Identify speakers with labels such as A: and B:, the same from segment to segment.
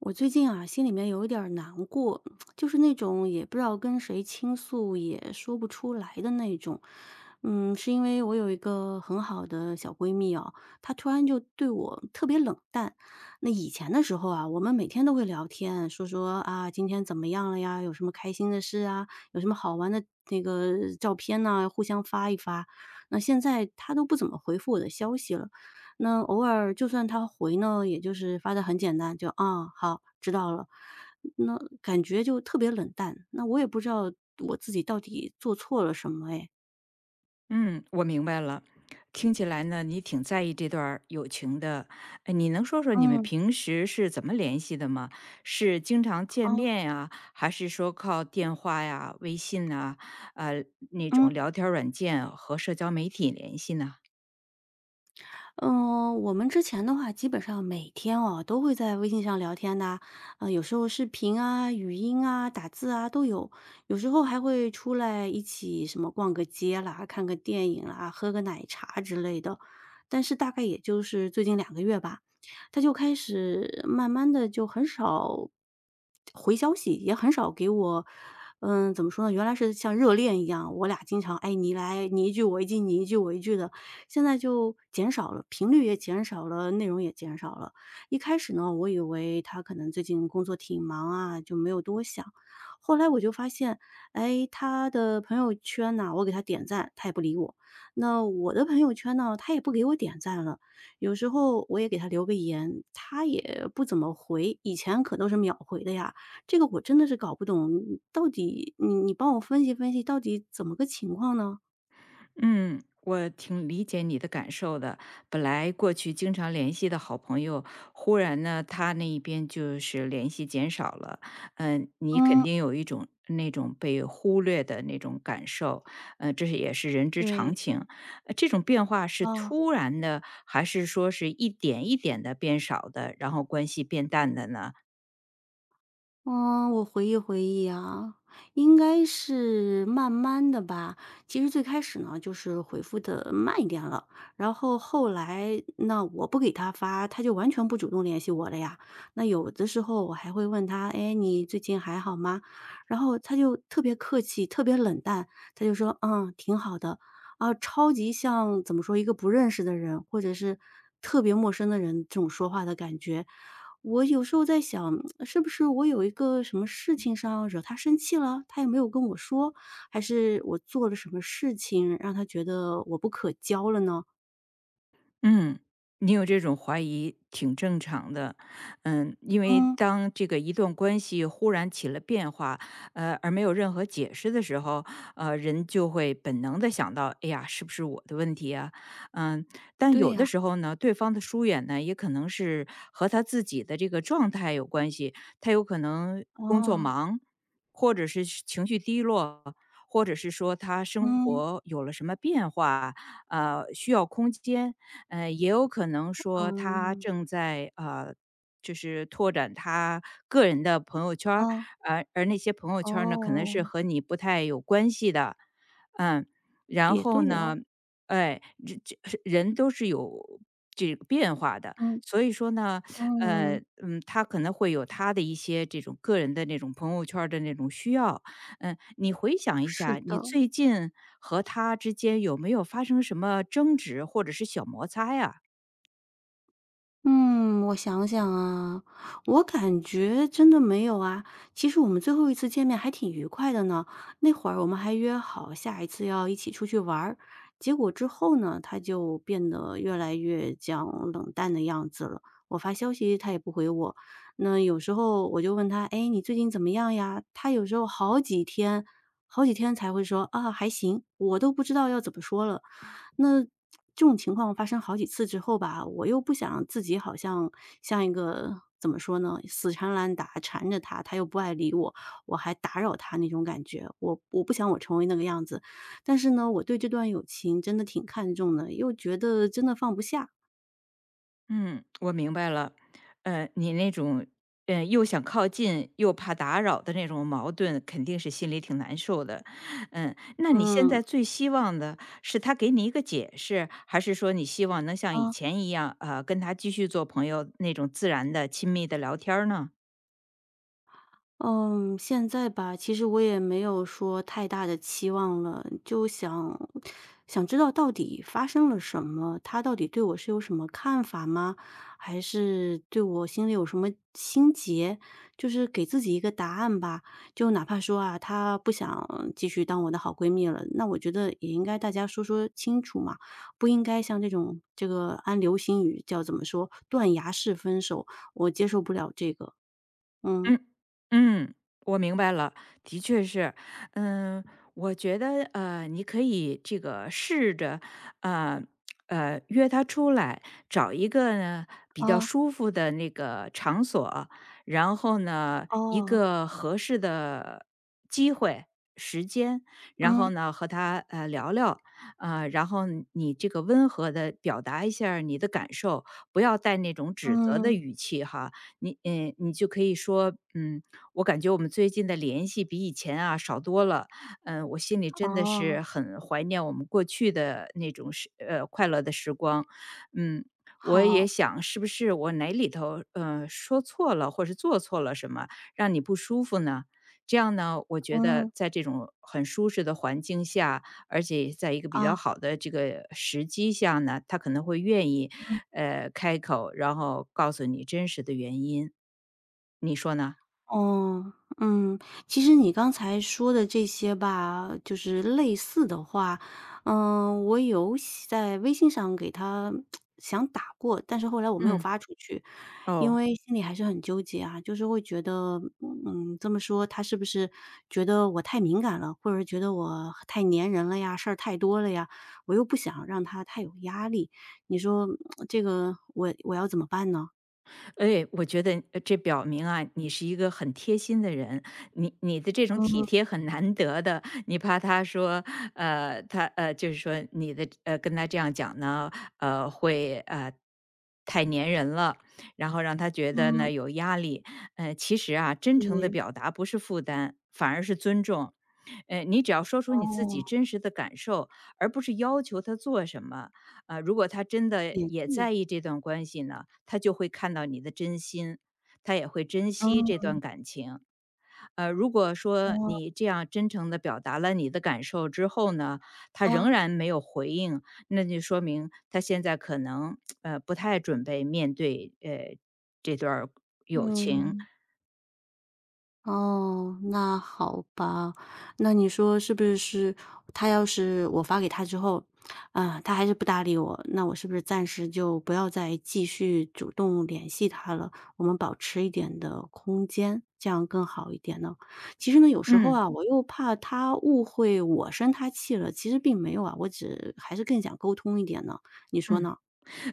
A: 我最近啊，心里面有一点儿难过，就是那种也不知道跟谁倾诉，也说不出来的那种。嗯，是因为我有一个很好的小闺蜜哦，她突然就对我特别冷淡。那以前的时候啊，我们每天都会聊天，说说啊，今天怎么样了呀？有什么开心的事啊？有什么好玩的那个照片呢，互相发一发。那现在她都不怎么回复我的消息了。那偶尔就算他回呢，也就是发的很简单，就“啊，好，知道了”，那感觉就特别冷淡，那我也不知道我自己到底做错了什么哎。
B: 嗯，我明白了。听起来呢，你挺在意这段儿友情的。哎，你能说说你们
A: 嗯，
B: 平时是怎么联系的吗？是经常见
A: 哦，
B: 面呀，还是说靠电话呀、微信呐、呃那种
A: 嗯。
B: 聊天儿软件和社交媒体联系呢？
A: 嗯，我们之前的话，基本上每天哦都会在微信上聊天的，有时候视频啊、语音啊、打字啊都有，有时候还会出来一起什么逛个街啦、看个电影啦、喝个奶茶之类的。但是大概也就是最近两个月吧，他就开始慢慢的就很少回消息，也很少给我，嗯，怎么说呢？原来是像热恋一样，我俩经常哎你来你一句我一句，你一句我一句的，现在就减少了，频率也减少了，内容也减少了。一开始呢，我以为他可能最近工作挺忙啊，就没有多想。后来我就发现，哎，他的朋友圈呐，我给他点赞，他也不理我；那我的朋友圈呢，他也不给我点赞了。有时候我也给他留个言，他也不怎么回，以前可都是秒回的呀。这个我真的是搞不懂，到底你帮我分析分析，到底怎么个情况呢？
B: 嗯，我挺理解你的感受的。本来过去经常联系的好朋友，忽然呢，他那一边就是联系减少了，嗯、你肯
A: 嗯，
B: 定有一种那种被忽略的那种感受，这是也是人之常
A: 对，
B: 情。这种变化是
A: 啊。
B: 突然的，还是说是一点一点的变少的，然后关系变淡的呢？
A: 嗯，我回忆回忆啊，应该是慢慢的吧。其实最开始呢，就是回复的慢一点了，然后后来那我不给他发，他就完全不主动联系我了呀。那有的时候我还会问他，哎，你最近还好吗？然后他就特别客气，特别冷淡，他就说，嗯，挺好的。啊，超级像怎么说一个不认识的人，或者是特别陌生的人这种说话的感觉。我有时候在想，是不是我有一个什么事情上惹他生气了，他也没有跟我说，还是我做了什么事情让他觉得我不可交了呢？
B: 嗯，你有这种怀疑挺正常的，嗯，因为
A: 嗯，
B: 当这个一段关系忽然起了变化，而没有任何解释的时候，人就会本能的想到，哎呀，是不是我的问题啊？嗯，但
A: 对
B: 有
A: 呀，
B: 的时候呢，对方的疏远呢，也可能是和他自己的这个状态有关系，他有可能工作
A: 哦，
B: 忙，或者是情绪低落。或者是说他生
A: 嗯，
B: 活有了什么变化，需要空间，也有可能说他
A: 嗯，
B: 正在就是拓展他个人的朋友圈儿，
A: 哦，
B: 而那些朋友圈儿呢，可能
A: 哦，
B: 是和你不太有关系的，嗯，然
A: 也
B: 后
A: 对哦，
B: 呢，哎，这人都是有这个变化的，
A: 嗯，
B: 所以说呢，
A: 嗯，
B: 他可能会有他的一些这种个人的那种朋友圈儿的那种需要，嗯，你回想一
A: 是
B: 下，你
A: 的。
B: 最近和他之间有没有发生什么争执或者是小摩擦呀？
A: 嗯，我想想啊，我感觉真的没有啊。其实我们最后一次见面还挺愉快的呢，那会儿我们还约好下一次要一起出去玩儿，结果之后呢，他就变得越来越讲冷淡的样子了。我发消息他也不回我，那有时候我就问他，哎，你最近怎么样呀？他有时候好几天，好几天才会说啊，还行，我都不知道要怎么说了。那这种情况发生好几次之后吧，我又不想自己好像像一个怎么说呢，死缠烂打缠着他，他又不爱理我，我还打扰他那种感觉，我不想我成为那个样子。但是呢，我对这段友情真的挺看重的，又觉得真的放不下。
B: 嗯，我明白了。呃，你那种又想靠近又怕打扰的那种矛盾，肯定是心里挺难受的。嗯，那你现
A: 嗯，
B: 在最希望的是他给你一个解释，还是说你希望能像以
A: 啊。
B: 前一样，跟他继续做朋友那种自然的、亲密的聊天儿呢？
A: 嗯，现在吧，其实我也没有说太大的期望了，就想知道到底发生了什么，他到底对我是有什么看法吗？还是对我心里有什么心结？就是给自己一个答案吧。就哪怕说啊，她不想继续当我的好闺蜜了，那我觉得也应该大家说说清楚嘛，不应该像这种这个按流行语叫怎么说，断崖式分手，我接受不了这个，嗯。
B: 嗯嗯，我明白了，的确是，嗯，我觉得你可以这个试着，呃约他出来，找一个呢比较
A: 啊。
B: 舒服的那个场所，然后呢，一
A: 哦，
B: 个合适的机会、时间，然
A: 嗯，
B: 后呢和他聊聊，然后你这个温和的表达一下儿你的感受，不要带那种指责的
A: 嗯，
B: 语气哈，你嗯，你就可以说，嗯，我感觉我们最近的联系比以前啊少多了，嗯，我心里真的
A: 哦，
B: 是很怀念我们过去的那种快乐的时光，嗯，我也
A: 好，
B: 想是不是我哪里头说错了，或是做错了什么，让你不舒服呢？这样呢，我觉
A: 嗯，
B: 得在这种很舒适的环境下，而且在一个比较
A: 啊，
B: 好的这个时机下呢，他可能会愿意，开口，然后告诉你真实的原因，你说呢？
A: 哦，嗯。其实你刚才说的这些吧，就是类似的话，嗯，我有写在微信上给他想打过，但是后来我没有
B: 嗯。
A: 发出去。因
B: 哦。
A: 为心里还是很纠结啊，就是会觉得，嗯，这么说他是不是觉得我太敏感了，或者是觉得我太粘人了呀，事儿太多了呀？我又不想让他太有压力，你说嗯这个我要怎么办呢？
B: 哎，我觉得这表明啊，你是一个很贴心的人，你的这种体
A: 嗯
B: 贴很难得的。你怕他说，就是说跟他这样讲呢，会太粘人了，然后让他觉得
A: 嗯，
B: 呢有压力。其实啊，真诚的
A: 对，
B: 表达不是负担，反而是尊重。你只要说出你自
A: 哦，
B: 己真实的感受，而不是要求他做什么。如果他真的
A: 也
B: 也
A: 对，
B: 在意这段关系呢，他就会看到你的真心，他也会珍惜这
A: 嗯，
B: 段感情。如果说
A: 哦，
B: 你这样真诚地表达了你的感受之后呢，他仍
A: 啊，
B: 然没有回应，那就说明他现在可能不太准备面对这段儿友情。
A: 嗯。哦，那好吧。那你说是不是他要是我发给他之后，啊，他还是不搭理我，那我是不是暂时就不要再继续主动联系他了？我们保持一点的空间，这样更好一点呢？其实呢，有时候
B: 嗯
A: 啊，我又怕他误会我生他气了，其实并没有啊，我只还是更想沟通一点呢，你说
B: 嗯。
A: 呢？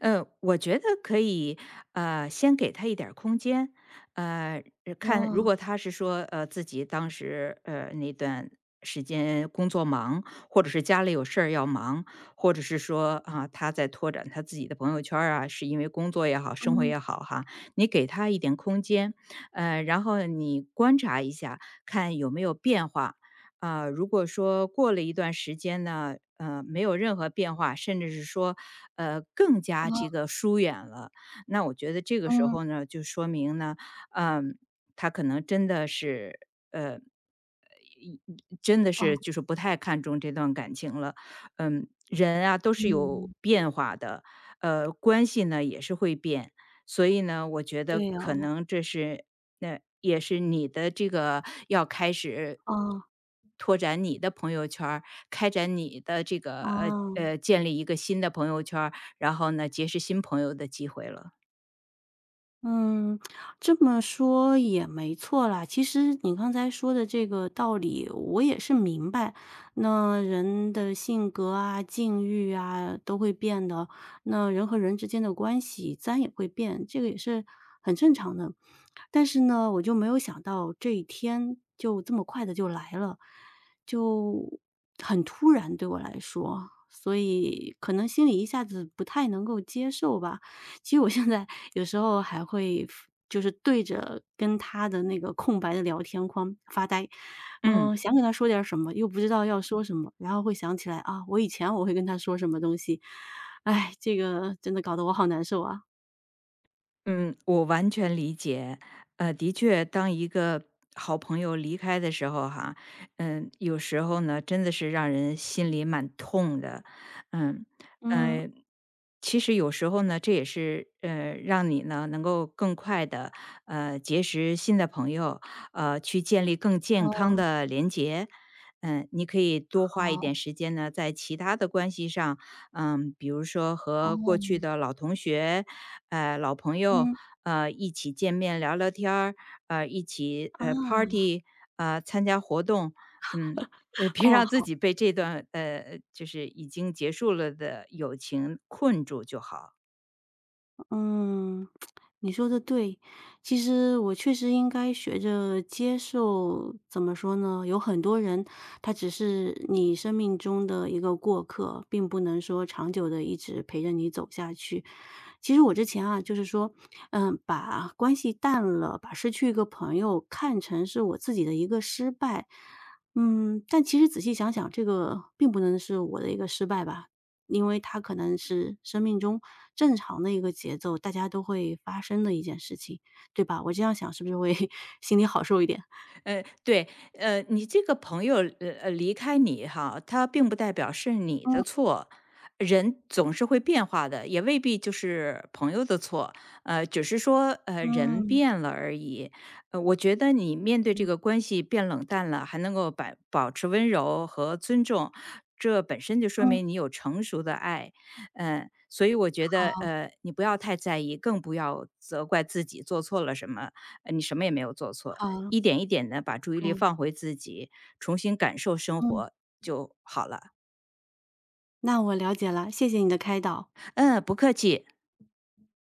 B: 我觉得可以，先给他一点儿空间，呃，看如
A: 哦，
B: 果他是说，自己当时，那段时间工作忙，或者是家里有事儿要忙，或者是说啊，他在拓展他自己的朋友圈儿啊，是因为工作也好，生活
A: 嗯，
B: 也好哈，你给他一点空间，然后你观察一下，看有没有变化。啊，如果说过了一段时间呢，没有任何变化，甚至是说，更加这
A: 哦，
B: 个疏远了，那我觉得这个时
A: 嗯，
B: 候呢，就说明呢，嗯、他可能真的是一真的
A: 哦，
B: 是就是不太看重这段感情了。嗯，人啊都是有
A: 嗯，
B: 变化的，关系呢也是会变，所以呢，我觉得
A: 对
B: 可
A: 哦，
B: 能这是那、也是你的这个要开始
A: 哦，
B: 拓展你的朋友圈儿开展你的这个
A: 哦。
B: 建立一个新的朋友圈儿然后呢，结识新朋友的机会了。
A: 嗯，这么说也没错啦。其实你刚才说的这个道理，我也是明白。那人的性格啊、境遇啊都会变的，那人和人之间的关系自然也会变，这个也是很正常的。但是呢，我就没有想到这一天就这么快的就来了，就很突然对我来说，所以可能心里一下子不太能够接受吧。其实我现在有时候还会 就是对着跟他的那个空白的聊天框发呆，
B: 嗯。
A: 嗯，想给他说点儿什么，又不知道要说什么，然后会想起来啊，我以前我会跟他说什么东西，哎，这个真的搞得我好难受啊。
B: 嗯，我完全理解。的确，当一个好朋友离开的时候，哈，嗯，有时候呢，真的是让人心里蛮痛的。嗯，
A: 嗯，
B: 呃，其实有时候呢，这也是让你呢能够更快的结识新的朋友，去建立更健康
A: 哦，
B: 的连结。嗯，你可以多花一
A: 好，
B: 点时间呢，在其他的关系上，嗯，比如说和过去
A: 哦，
B: 的老同学，老朋友，
A: 嗯，
B: 一起见面聊聊天儿，一起
A: 啊，
B: party，啊，参加活动，嗯，别让自
A: 哦。
B: 己被这段就是已经结束了的友情困住就好。
A: 嗯，你说的对。其实我确实应该学着接受，怎么说呢？有很多人，他只是你生命中的一个过客，并不能说长久的一直陪着你走下去。其实我之前啊，就是说，嗯，把关系淡了，把失去一个朋友看成是我自己的一个失败。嗯，但其实仔细想想，这个并不能是我的一个失败吧。因为它可能是生命中正常的一个节奏，大家都会发生的一件事情，对吧？我这样想是不是会 心里好受一点？
B: 对，你这个朋友，离开你哈，他并不代表是你的
A: 嗯
B: 错。人总是会变化的，也未必就是朋友的错，只是说，人
A: 嗯
B: 变了而已。我觉得你面对这个关系变冷淡了，还能够把保持温柔和尊重，这本身就说
A: 嗯，
B: 明你有成熟的爱。嗯、呃所以我觉得，
A: 好
B: 你不要太在意，更不要责怪自己做错了什么，你什么也没有做错。
A: 好
B: 一点一点的把注意力
A: 好，
B: 放回自己，重新感受生
A: 嗯，
B: 活就好了。
A: 那我了解了，谢谢你的开导。
B: 嗯，不客气。